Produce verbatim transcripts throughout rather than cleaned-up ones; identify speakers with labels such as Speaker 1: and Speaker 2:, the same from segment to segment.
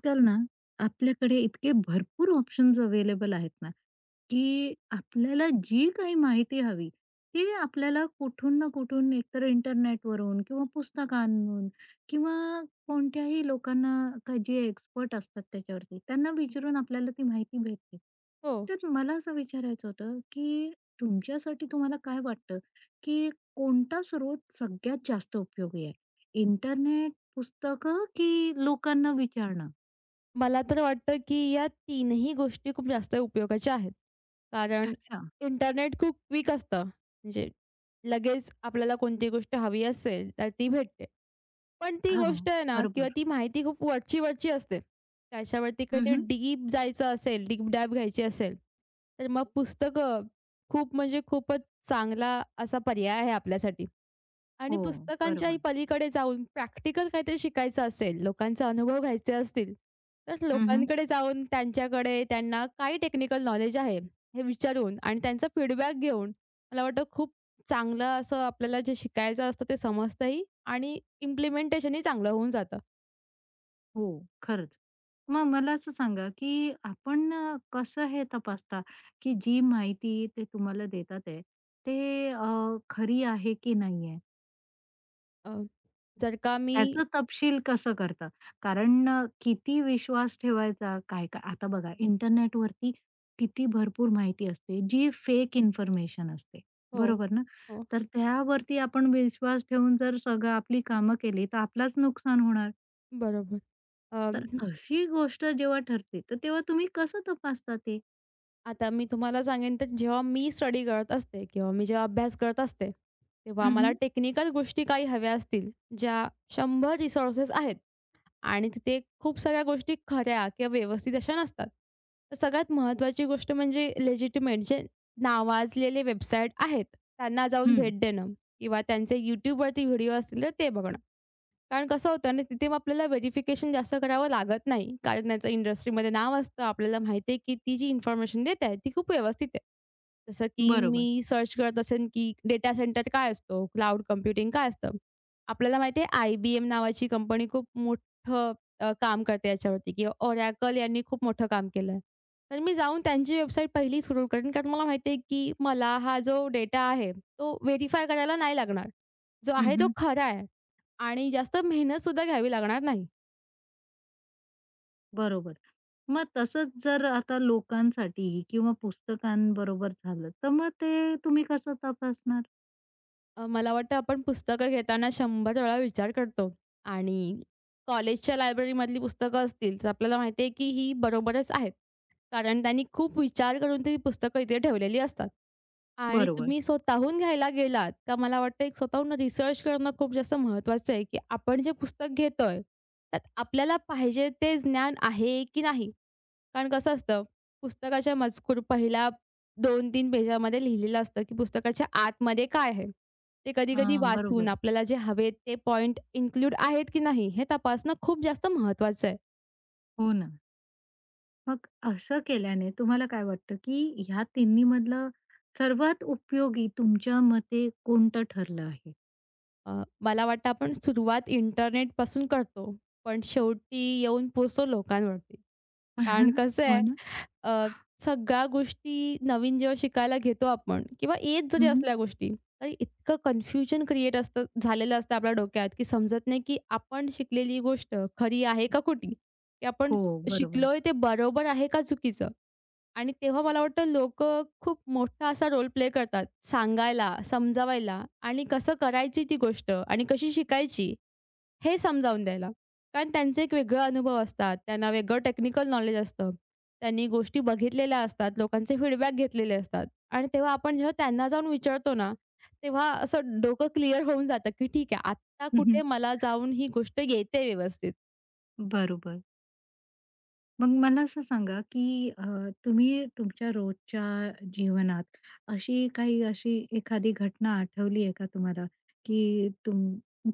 Speaker 1: आजकाल ना आपल्याकडे इतके भरपूर ऑप्शन्स अवेलेबल आहेत ना, की आपल्याला जी काही माहिती हवी, ती आपल्याला कुठून ना कुठून एकतर इंटरनेटवरून किंवा पुस्तकांवरून किंवा कोणत्याही लोकांना का जे एक्सपर्ट असतात त्याच्यावरती, त्यांना विचारून आपल्याला ती माहिती भेटते.
Speaker 2: हो.
Speaker 1: तर मला असं विचारायचं होतं, की तुमच्यासाठी तुम्हाला काय वाटतं, की कोणता स्रोत सगळ्यात जास्त उपयोगी आहे? इंटरनेट, पुस्तकं की लोकांना विचारणं?
Speaker 2: मला तर वाटतं, की या तीनही गोष्टी खूप जास्त उपयोगाच्या आहेत. कारण
Speaker 1: अच्छा.
Speaker 2: इंटरनेट खूप क्विक असतं. म्हणजे लगेच आपल्याला कोणती गोष्ट हवी असेल, तर ती भेटते. पण ती
Speaker 1: हां, हां.
Speaker 2: गोष्ट आहे ना किंवा
Speaker 1: बरोबर.
Speaker 2: ती माहिती खूप वरची-वरची असते. त्याच्यावरती
Speaker 1: हं,
Speaker 2: काहीतरी
Speaker 1: हं.
Speaker 2: डीप जायचं असेल, डीप डाइव घ्यायची असेल, तर मग पुस्तकं खूप म्हणजे खूपच चांगला असा पर्याय आहे आपल्यासाठी. आणि
Speaker 1: हो,
Speaker 2: पुस्तकांच्याही
Speaker 1: बरोबर.
Speaker 2: पलीकडे जाऊन प्रॅक्टिकल काहीतरी शिकायचं असेल, लोकांचे अनुभव घ्यायचे असतील, तर
Speaker 1: हं,
Speaker 2: लोकांकडे जाऊन त्यांच्याकडे त्यांना काय टेक्निकल नॉलेज आहे, हे विचारून आणि त्यांचा फीडबॅक घेऊन मला वाटतं खूप चांगलं असं आपल्याला जे शिकायचं असतं ते समजतंही आणि इम्प्लिमेंटेशनही चांगलं होऊन जातं.
Speaker 1: हो, खरंच. मग मला असं सांगा, की आपण अ, कसं हे तपासता, की जी माहिती ते तुम्हाला देतात आहे, ते अ, खरी आहे की नाहीये?
Speaker 2: अ, जर का मी
Speaker 1: त्याचं तपशील कसं करता? कारण अ, किती विश्वास ठेवायचा? काय-काय? आता बघा इंटरनेटवरती किती भरपूर माहिती असते, जी फेक इन्फॉर्मेशन असते,
Speaker 2: हो,
Speaker 1: बरोबर ना?
Speaker 2: हो,
Speaker 1: तर त्यावरती आपण विश्वास ठेवून जर सगळं आपली कामं केली, तर आपलाच नुकसान होणार.
Speaker 2: बरोबर. अ,
Speaker 1: तर अशी गोष्ट जेव्हा ठरते, तर तेव्हा तुम्ही कसं तपासता ते?
Speaker 2: आता मी तुम्हाला सांगेन, तर जेव्हा मी स्टडी करत असते किंवा मी जेव्हा अभ्यास करत असते, तेव्हा
Speaker 1: हं,
Speaker 2: मला
Speaker 1: हं.
Speaker 2: टेक्निकल गोष्टी काही हव्या असतील, ज्या शंभर रिसोर्सेस आहेत आणि तिथे खूप साऱ्या गोष्टी खऱ्या किंवा व्यवस्थित अशा नसतात. तर सगळ्यात महत्त्वाची गोष्ट म्हणजे लेजिटिमेट जे नावाजलेले वेबसाईट आहेत, त्यांना जाऊन भेट देणं किंवा त्यांचे YouTubeवरती व्हिडिओ असतील तर ते बघणं. कारण कसं होतं ना, तिथे मग आपल्याला व्हेरिफिकेशन जास्त करावं लागत नाही. कारण त्याचं इंडस्ट्रीमध्ये नाव असतं. आपल्याला माहिती आहे, की ती जी इन्फॉर्मेशन देत आहे, ती खूप व्यवस्थित आहे. जसं की
Speaker 1: बरोबर.
Speaker 2: मी सर्च करत असेन, की डेटा सेंटर काय असतो? क्लाउड कम्प्युटिंग काय असतं? आपल्याला माहिती आहे, आय बी एम नावाची कंपनी खूप मोठं अ, काम करते याच्यावरती किंवा Oracle यांनी खूप मोठं काम केलं आहे. तर मी जाऊन त्यांची वेबसाईट पहिली सुरू करेन. कारण मला माहिती आहे, की मला हा जो डेटा आहे, तो व्हेरिफाय करायला नाही लागणार. जो आहे तो
Speaker 1: हं,
Speaker 2: खरा आहे. आणि जास्त मेहनतसुद्धा घ्यावी लागणार नाही.
Speaker 1: बरोबर. मग तसंच जर आता लोकांसाठी किंवा पुस्तकांबरोबर झालं, तर मग ते तुम्ही कसं तपासणार?
Speaker 2: अ, मला वाटतं आपण पुस्तकं घेताना शंभर वेळा विचार करतो आणि कॉलेजच्या लायब्ररीमधली पुस्तकं असतील, तर आपल्याला माहिती आहे की ही बरोबरच आहेत. कारण त्यांनी खूप विचार करून ती पुस्तकं इथे ठेवलेली असतात. आणि
Speaker 1: बरोबर.
Speaker 2: तुम्ही स्वतःहून घ्यायला गेलात, तर मला वाटतं एक स्वतःहून रिसर्च करणं खूप जास्त महत्त्वाचं आहे, की आपण जे पुस्तक घेतोय, त्यात आपल्याला पाहिजे ते ज्ञान आहे की नाही? कारण कसं असतं, पुस्तकाच्या मजकूर पहिल्या दोन तीन पेजामध्ये लिहिलेलं असतं, की पुस्तकाच्या आतमध्ये काय आहे? ते कधी-कधी
Speaker 1: हां,
Speaker 2: वाचून
Speaker 1: बरोबर.
Speaker 2: आपल्याला जे हवेत ते पॉइंट इन्क्लूड आहेत की नाही, हे तपासणं खूप जास्त महत्त्वाचं आहे.
Speaker 1: हो ना. मग असं केल्याने तुम्हाला काय वाटतं, की ह्या तिन्हीमधलं सर्वात उपयोगी तुमच्या मते कोणतं ठरलं आहे?
Speaker 2: अ, मला वाटतं आपण सुरुवात इंटरनेटपासून करतो, पण शेवटी येऊन पोहोचतो लोकांवरती. कारण कसं
Speaker 1: हो
Speaker 2: आहे
Speaker 1: ना.
Speaker 2: अ, सगळ्या गोष्टी नवीन जेव्हा शिकायला घेतो आपण किंवा येत जरी
Speaker 1: हं,
Speaker 2: असल्या गोष्टी, तरी इतकं कन्फ्युजन क्रिएट असतं झालेलं असतं आपल्या डोक्यात, की समजत नाही की आपण शिकलेली गोष्ट खरी आहे का खोटी? की आपण
Speaker 1: हो,
Speaker 2: श-
Speaker 1: बरोबर.
Speaker 2: शिकलोय ते बरोबर आहे का चुकीचं? आणि तेव्हा मला वाटतं लोकं खूप मोठा असा रोल प्ले करतात, सांगायला, समजावायला आणि कसं करायची ती गोष्ट आणि कशी शिकायची हे समजावून द्यायला. कारण त्यांचे एक वेगळे अनुभव असतात. त्यांना वेगळं टेक्निकल नॉलेज असतं. त्यांनी गोष्टी बघितलेल्या असतात. लोकांचे फीडबॅक घेतलेले असतात आणि तेव्हा आपण जेव्हा त्यांना जाऊन विचारतो ना, तेव्हा असं डोकं क्लिअर होऊन जातं, की ठीक आहे, आत्ता
Speaker 1: हं, हं.
Speaker 2: कुठे मला जाऊन ही गोष्ट येते व्यवस्थित.
Speaker 1: बरोबर. मग मला असं सांगा, की अ, तुम्ही तुमच्या रोजच्या जीवनात अशी काही अशी एखादी घटना आठवली आहे का तुम्हाला, की तुम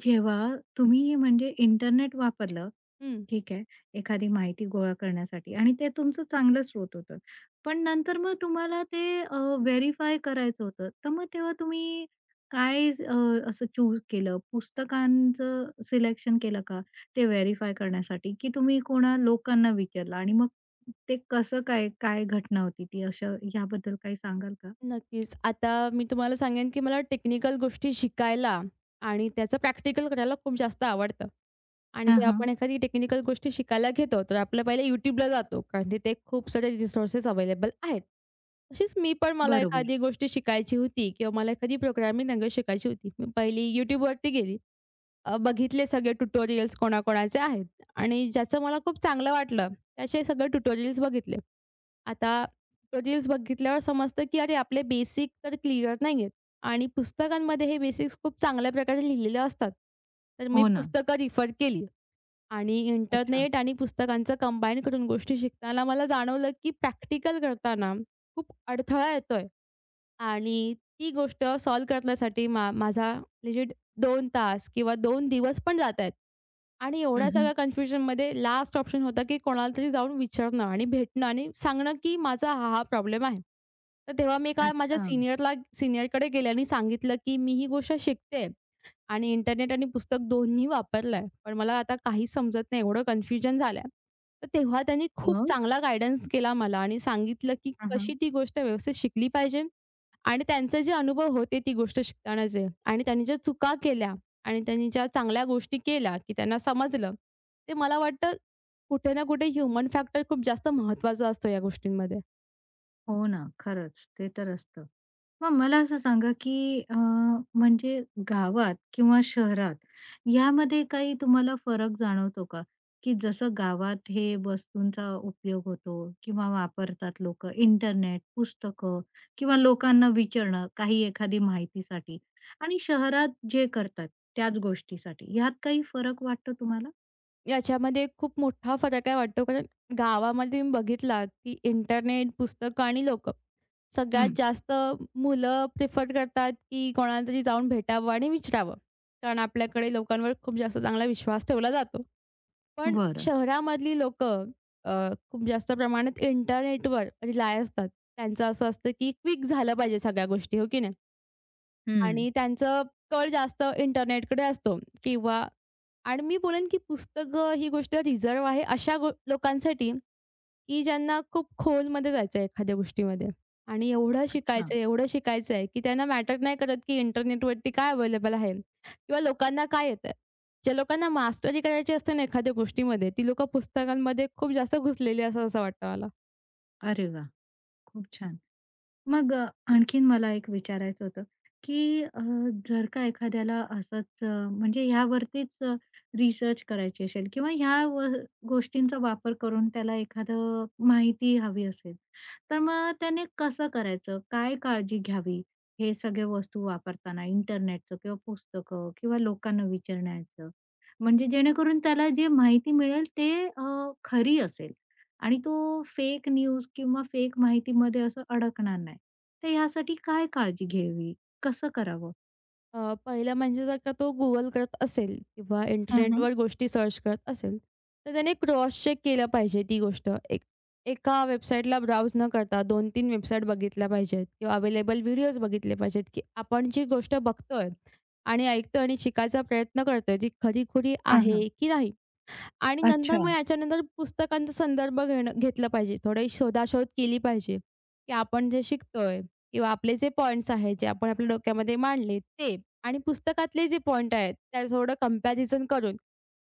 Speaker 1: जेव्हा तुम्ही म्हणजे इंटरनेट वापरलं
Speaker 2: हं.
Speaker 1: ठीक आहे. एखादी माहिती गोळा करण्यासाठी आणि ते तुमचं चांगलं स्रोत होतं. पण नंतर मग तुम्हाला ते अ, व्हेरिफाय करायचं होतं. तर मग तेव्हा तुम्ही काय स- अ, असं चूज केलं? पुस्तकांचं सिलेक्शन केलं का ते व्हेरिफाय करण्यासाठी? की तुम्ही कोणा लोकांना विचारलं आणि मग ते कसं काय, काय घटना होती ती अशा ह्याबद्दल काही सांगाल का?
Speaker 2: नक्कीच. आता मी तुम्हाला सांगेन, की मला टेक्निकल गोष्टी शिकायला आणि त्याचं प्रॅक्टिकल करायला खूप जास्त आवडतं. आणि
Speaker 1: हां,
Speaker 2: जेव्हा
Speaker 1: हां.
Speaker 2: आपण एखादी टेक्निकल गोष्टी शिकायला घेतो, तर आपलं पहिले YouTubeला जातो, कारण तिथे खूप सारे रिसोर्सेस अवेलेबल आहेत. तशीच मी पण मला
Speaker 1: बरोबर.
Speaker 2: एखादी गोष्ट शिकायची होती किंवा मला एखादी प्रोग्रामिंग लँग्वेज शिकायची होती. मी पहिली YouTubeवरती गेली. अ, बघितले सगळे ट्युटोरियल्स कोणाकोणाचे आहेत आणि ज्याचं मला खूप चांगलं वाटलं, त्याचे सगळे ट्युटोरियल्स बघितले. आता ट्युटोरियल्स बघितल्यावर समजतं, की अरे आपले बेसिक तर क्लिअर नाहीयेत आणि पुस्तकांमध्ये हे बेसिक्स खूप चांगल्या प्रकारे लिहिलेले असतात. तर मी
Speaker 1: हो ना.
Speaker 2: पुस्तकं रिफर केली आणि
Speaker 1: अच्छा.
Speaker 2: इंटरनेट आणि पुस्तकांचं कंबाईन करून गोष्टी शिकताना मला जाणवलं, की प्रॅक्टिकल करताना खूप अडथळा येतोय. आणि ती गोष्ट सॉल्व्ह करण्यासाठी मा माझा लिजिट दोन तास किंवा दोन दिवस पण जातायत. आणि एवढ्या
Speaker 1: हं,
Speaker 2: सगळ्या कन्फ्युजनमध्ये लास्ट ऑप्शन होता, की कोणाला तरी जाऊन विचारणं आणि भेटणं आणि सांगणं, की माझा हा, हा प्रॉब्लेम आहे. तर तेव्हा मी काय
Speaker 1: अच्छा.
Speaker 2: माझ्या सीनियरला सीनियरकडे गेले आणि सांगितलं, की मी ही गोष्ट शिकते आणि इंटरनेट आणि पुस्तक दोन्ही वापरलंय. पण मला आता काहीच समजत नाही, एवढं कन्फ्युजन झालंय. तर तेव्हा त्यांनी खूप
Speaker 1: मग?
Speaker 2: चांगला गाईडन्स केला मला आणि सांगितलं, की
Speaker 1: हां,
Speaker 2: कशी
Speaker 1: हां.
Speaker 2: ती गोष्ट व्यवस्थित शिकली पाहिजे आणि त्यांचे जे अनुभव होते ती गोष्ट शिकतानाचे आणि त्यांनी ज्या चुका केल्या आणि त्यांनी ज्या चांगल्या गोष्टी केल्या, की त्यांना समजलं. ते मला वाटतं कुठे ना कुठे ह्युमन फॅक्टर खूप जास्त महत्त्वाचा असतो या गोष्टींमध्ये.
Speaker 1: हो ना. खरंच. ते तर असतं. मग मला असं सांगा, की अ, म्हणजे गावात किंवा शहरात यामध्ये काही तुम्हाला फरक जाणवतो का? की जसं गावात हे वस्तूंचा उपयोग होतो किंवा वापरतात लोकं इंटरनेट, पुस्तकं किंवा लोकांना विचारणं काही एखादी माहितीसाठी आणि शहरात जे करतात त्याच गोष्टीसाठी. यात काही फरक वाटतो तुम्हाला?
Speaker 2: याच्यामध्ये खूप मोठा फरक आहे वाटतो कारण गावामध्ये तुम्ही बघितलात, की इंटरनेट, पुस्तकं आणि लोकं. सगळ्यात
Speaker 1: हं,
Speaker 2: जास्त मुलं प्रिफर करतात, की कोणाला तरी जाऊन भेटावं आणि विचारावं. कारण आपल्याकडे लोकांवर खूप जास्त चांगला विश्वास ठेवला जातो. पण
Speaker 1: बरं.
Speaker 2: शहरामधली लोकं अ, खूप जास्त प्रमाणात इंटरनेटवर रिलाय असतात. त्यांचं असं असतं, की क्विक झालं पाहिजे सगळ्या गोष्टी, हो की नाही?
Speaker 1: हं.
Speaker 2: आणि त्यांचं कल जास्त इंटरनेटकडे असतो किंवा आणि मी बोलेन, की पुस्तकं ही गोष्ट रिझर्व्ह आहे अशा गो लोकांसाठी की ज्यांना खूप खोलमध्ये जायचं आहे एखाद्या गोष्टीमध्ये आणि एवढं
Speaker 1: अच्छा.
Speaker 2: शिकायचं आहे, एवढं शिकायचं आहे, की त्यांना मॅटर नाही करत की इंटरनेटवरती काय अवेलेबल आहे किंवा लोकांना काय येतंय. ज्या लोकांना मास्टरी करायची असते ना एखाद्या गोष्टीमध्ये, ती लोकं पुस्तकांमध्ये खूप जास्त घुसलेली असतात असं वाटतं मला.
Speaker 1: अरे वाह! खूप छान. मग अ, आणखीन मला एक विचारायचं होतं, की अ, जर का एखाद्याला असंच अ, म्हणजे ह्यावरतीच अ, रिसर्च करायची असेल किंवा ह्या व गोष्टींचा वापर करून त्याला एखादं माहिती हवी असेल, तर मग त्याने कसं करायचं? काय काळजी घ्यावी? हे सगळे वस्तू वापरताना इंटरनेटचं किंवा पुस्तकं किंवा लोकांना विचारण्याचं, म्हणजे जेणेकरून त्याला जे माहिती मिळेल ते अ, खरी असेल? आणि तो फेक न्यूज किंवा फेक माहितीमध्ये असं अडकणार नाही. तर ह्यासाठी काय काळजी घ्यावी? कसं करावं?
Speaker 2: अ, पहिलं म्हणजे जर का तो Google करत असेल किंवा
Speaker 1: हां, हां.
Speaker 2: इंटरनेटवर गोष्टी सर्च करत असेल, तर त्याने क्रॉस चेक केलं पाहिजे ती गोष्ट. एक एका वेबसाईटला ब्राउज न करता दोन तीन वेबसाईट बघितल्या पाहिजेत किंवा अवेलेबल व्हिडिओज बघितले पाहिजेत, की आपण जी गोष्ट बघतोय आणि ऐकतोय आणि शिकायचा प्रयत्न करतोय, ती खरी-खुरी
Speaker 1: हां, हां.
Speaker 2: आहे की नाही? आणि नंतर
Speaker 1: अच्छा.
Speaker 2: मग याच्यानंतर पुस्तकांचा संदर्भ घेणं घेतला पाहिजे. थोडी शोधाशोध केली पाहिजे, की आपण जे शिकतोय किंवा आपले जे पॉइंट्स आहेत, जे आपण आपल्या डोक्यामध्ये मांडले ते आणि पुस्तकातले जे पॉइंट आहेत, त्या थोडं कंपॅरिझन करून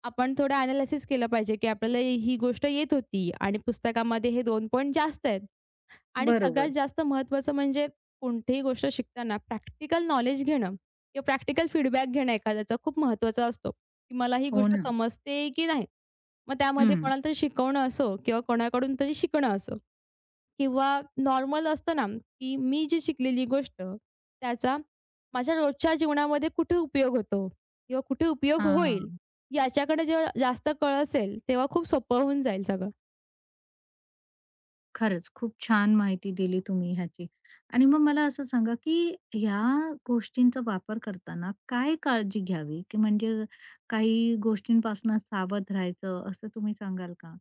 Speaker 2: आपण थोडं एनालिसिस केलं पाहिजे, की आपल्याला ही गोष्ट येत होती आणि पुस्तकामध्ये हे दोन पॉइंट जास्त आहेत. आणि सगळ्यात
Speaker 1: बरोबर.
Speaker 2: जास्त महत्त्वाचं म्हणजे कोणतीही गोष्ट शिकताना प्रॅक्टिकल नॉलेज घेणं किंवा प्रॅक्टिकल फीडबॅक घेणं एखाद्याचा खूप महत्त्वाचा असतो, की मला ही
Speaker 1: हो
Speaker 2: गोष्ट
Speaker 1: ना.
Speaker 2: समजते की नाही. मग त्यामध्ये
Speaker 1: हं.
Speaker 2: कोणाला तरी शिकवणं असो किंवा कोणाकडून तरी शिकणं असो किंवा नॉर्मल असतं ना, की मी जी शिकलेली गोष्ट त्याचा माझ्या रोजच्या जीवनामध्ये कुठे उपयोग होतो किंवा कुठे उपयोग होईल,
Speaker 1: हां.
Speaker 2: याच्याकडे जेव्हा जास्त कळ असेल, तेव्हा खूप सोपं होऊन जाईल सगळं.
Speaker 1: खरंच खूप छान माहिती दिली तुम्ही ह्याची. आणि मग मला असं सांगा, की ह्या गोष्टींचा वापर करताना काय काळजी घ्यावी? की म्हणजे काही गोष्टींपासून सावध राहायचं असं तुम्ही सांगाल का?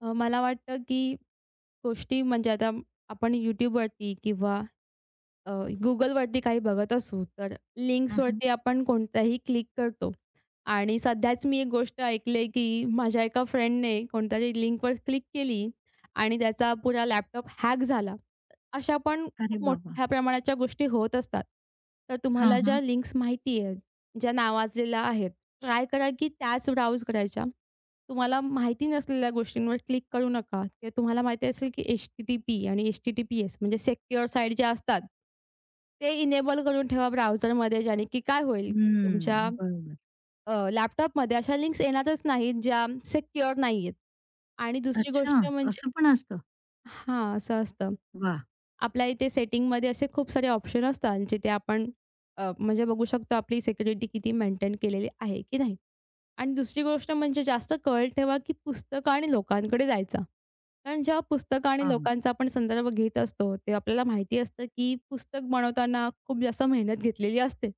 Speaker 2: अ, मला वाटतं की गोष्टी म्हणजे आता आपण YouTubeवरती किंवा अ, Googleवरती काही बघत असू, तर
Speaker 1: हं, हं.
Speaker 2: लिंक्सवरती आपण कोणत्याही क्लिक करतो आणि सध्याच मी एक गोष्ट ऐकली की माझ्या एका फ्रेंडने कोणत्यातरी लिंकवर क्लिक केली आणि त्याचा पुरा लॅपटॉप हॅक झाला. अशा पण
Speaker 1: अरे
Speaker 2: खूप
Speaker 1: बाबा!
Speaker 2: मोठ्या प्रमाणाच्या गोष्टी होत असतात. तर तुम्हाला
Speaker 1: हां,
Speaker 2: ज्या
Speaker 1: हां.
Speaker 2: लिंक्स माहिती आहेत, ज्या नावाजलेल्या आहेत, ट्राय करा की त्याच ब्राउज करायच्या. तुम्हाला माहिती नसलेल्या गोष्टींवर क्लिक करू नका किंवा तुम्हाला माहिती असेल की एच-टी-टी-पी आणि एच-टी-टी-पी-एस म्हणजे सिक्युअर साईट ज्या असतात, ते इनेबल करून ठेवा ब्राउझरमध्ये ज्याने की काय होईल, की तुमच्या
Speaker 1: हम्म. बरोबर.
Speaker 2: लॅपटॉपमध्ये अशा लिंक्स येणारच नाहीत ज्या सिक्युअर नाहीयेत. आणि दुसरी
Speaker 1: अच्छा,
Speaker 2: गोष्ट म्हणजे
Speaker 1: असं पण असतं?
Speaker 2: हां, असं असतं.
Speaker 1: वा,
Speaker 2: आपल्या इथे सेटिंगमध्ये असे खूप सारे ऑप्शन असतात, जिथे आपण अ, म्हणजे बघू शकतो आपली सिक्युरिटी किती मेंटेन केलेली आहे की नाही. आणि दुसरी गोष्ट म्हणजे जास्त कळ ठेवा, की पुस्तकं आणि लोकांकडे जायचा. कारण जेव्हा पुस्तकं आणि
Speaker 1: हां.
Speaker 2: लोकांचा आपण संदर्भ घेत असतो, तेव्हा आपल्याला माहिती असतं, की पुस्तक बनवताना खूप जास्त मेहनत घेतलेली असते.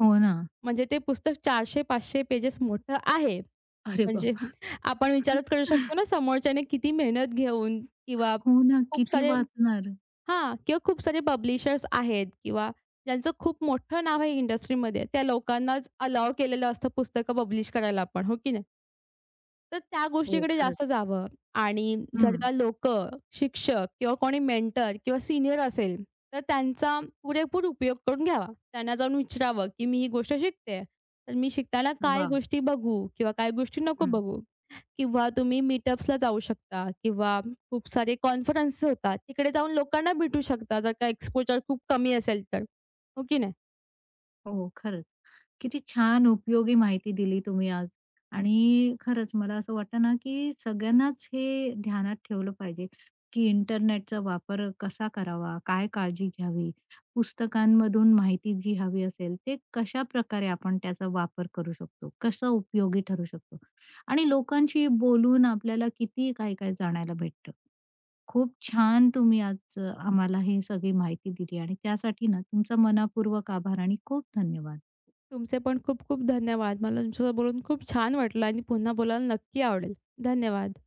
Speaker 1: हो ना.
Speaker 2: म्हणजे ते पुस्तक चारशे पाचशे पेजेस मोठं आहे.
Speaker 1: अरे
Speaker 2: म्हणजे
Speaker 1: बाबा!
Speaker 2: आपण विचारच करू शकतो ना समोरच्याने किती मेहनत घेऊन किंवा
Speaker 1: हो ना.
Speaker 2: खूप
Speaker 1: किती
Speaker 2: सारे
Speaker 1: वाचणार?
Speaker 2: हां. किंवा खूप सारे पब्लिशर्स आहेत किंवा ज्यांचं खूप मोठं नाव आहे इंडस्ट्रीमध्ये, त्या लोकांनाच अलाउ केलेलं असतं पुस्तकं पब्लिश करायला आपण, हो की नाही? तर त्या
Speaker 1: हो,
Speaker 2: गोष्टीकडे
Speaker 1: खरंच.
Speaker 2: जास्त जावं आणि जर
Speaker 1: हं.
Speaker 2: का लोकं, शिक्षक किंवा कोणी मेंटर किंवा सीनियर असेल, तर त्यांचा पुरेपूर उपयोग करून घ्यावा. त्यांना जाऊन विचारावं, की "मी ही गोष्ट शिकते, तर मी शिकताना काय
Speaker 1: वा,
Speaker 2: गोष्टी बघू किंवा काय गोष्टी नको
Speaker 1: हं.
Speaker 2: बघू?" किंवा तुम्ही मीटअप्सला जाऊ शकता किंवा खूप सारे कॉन्फरन्स होतात, तिकडे जाऊन लोकांना भेटू शकता, जर का एक्सपोजर खूप कमी असेल तर. हो की नाही?
Speaker 1: हो, खरंच. किती छान उपयोगी माहिती दिली तुम्ही आज आणि खरंच मला असं वाटतं ना, की सगळ्यांनाच हे ध्यानात ठेवलं पाहिजे, की इंटरनेटचा वापर कसा करावा, काय काळजी घ्यावी, पुस्तकांमधून माहिती जी हवी असेल, ते कशाप्रकारे आपण त्याचा वापर करू शकतो, कसं उपयोगी ठरू शकतो आणि लोकांशी बोलून आपल्याला किती काय-काय जाणायला भेटतं. खूप छान तुम्ही आज आम्हाला ही सगळी माहिती दिली आणि त्यासाठी ना तुमचा मनःपूर्वक आभार आणि खूप धन्यवाद.
Speaker 2: तुमचे पण खूप खूप धन्यवाद. मला तुमच्यासोबत बोलून खूप छान वाटलं आणि पुन्हा बोलायला नक्की आवडेल. धन्यवाद.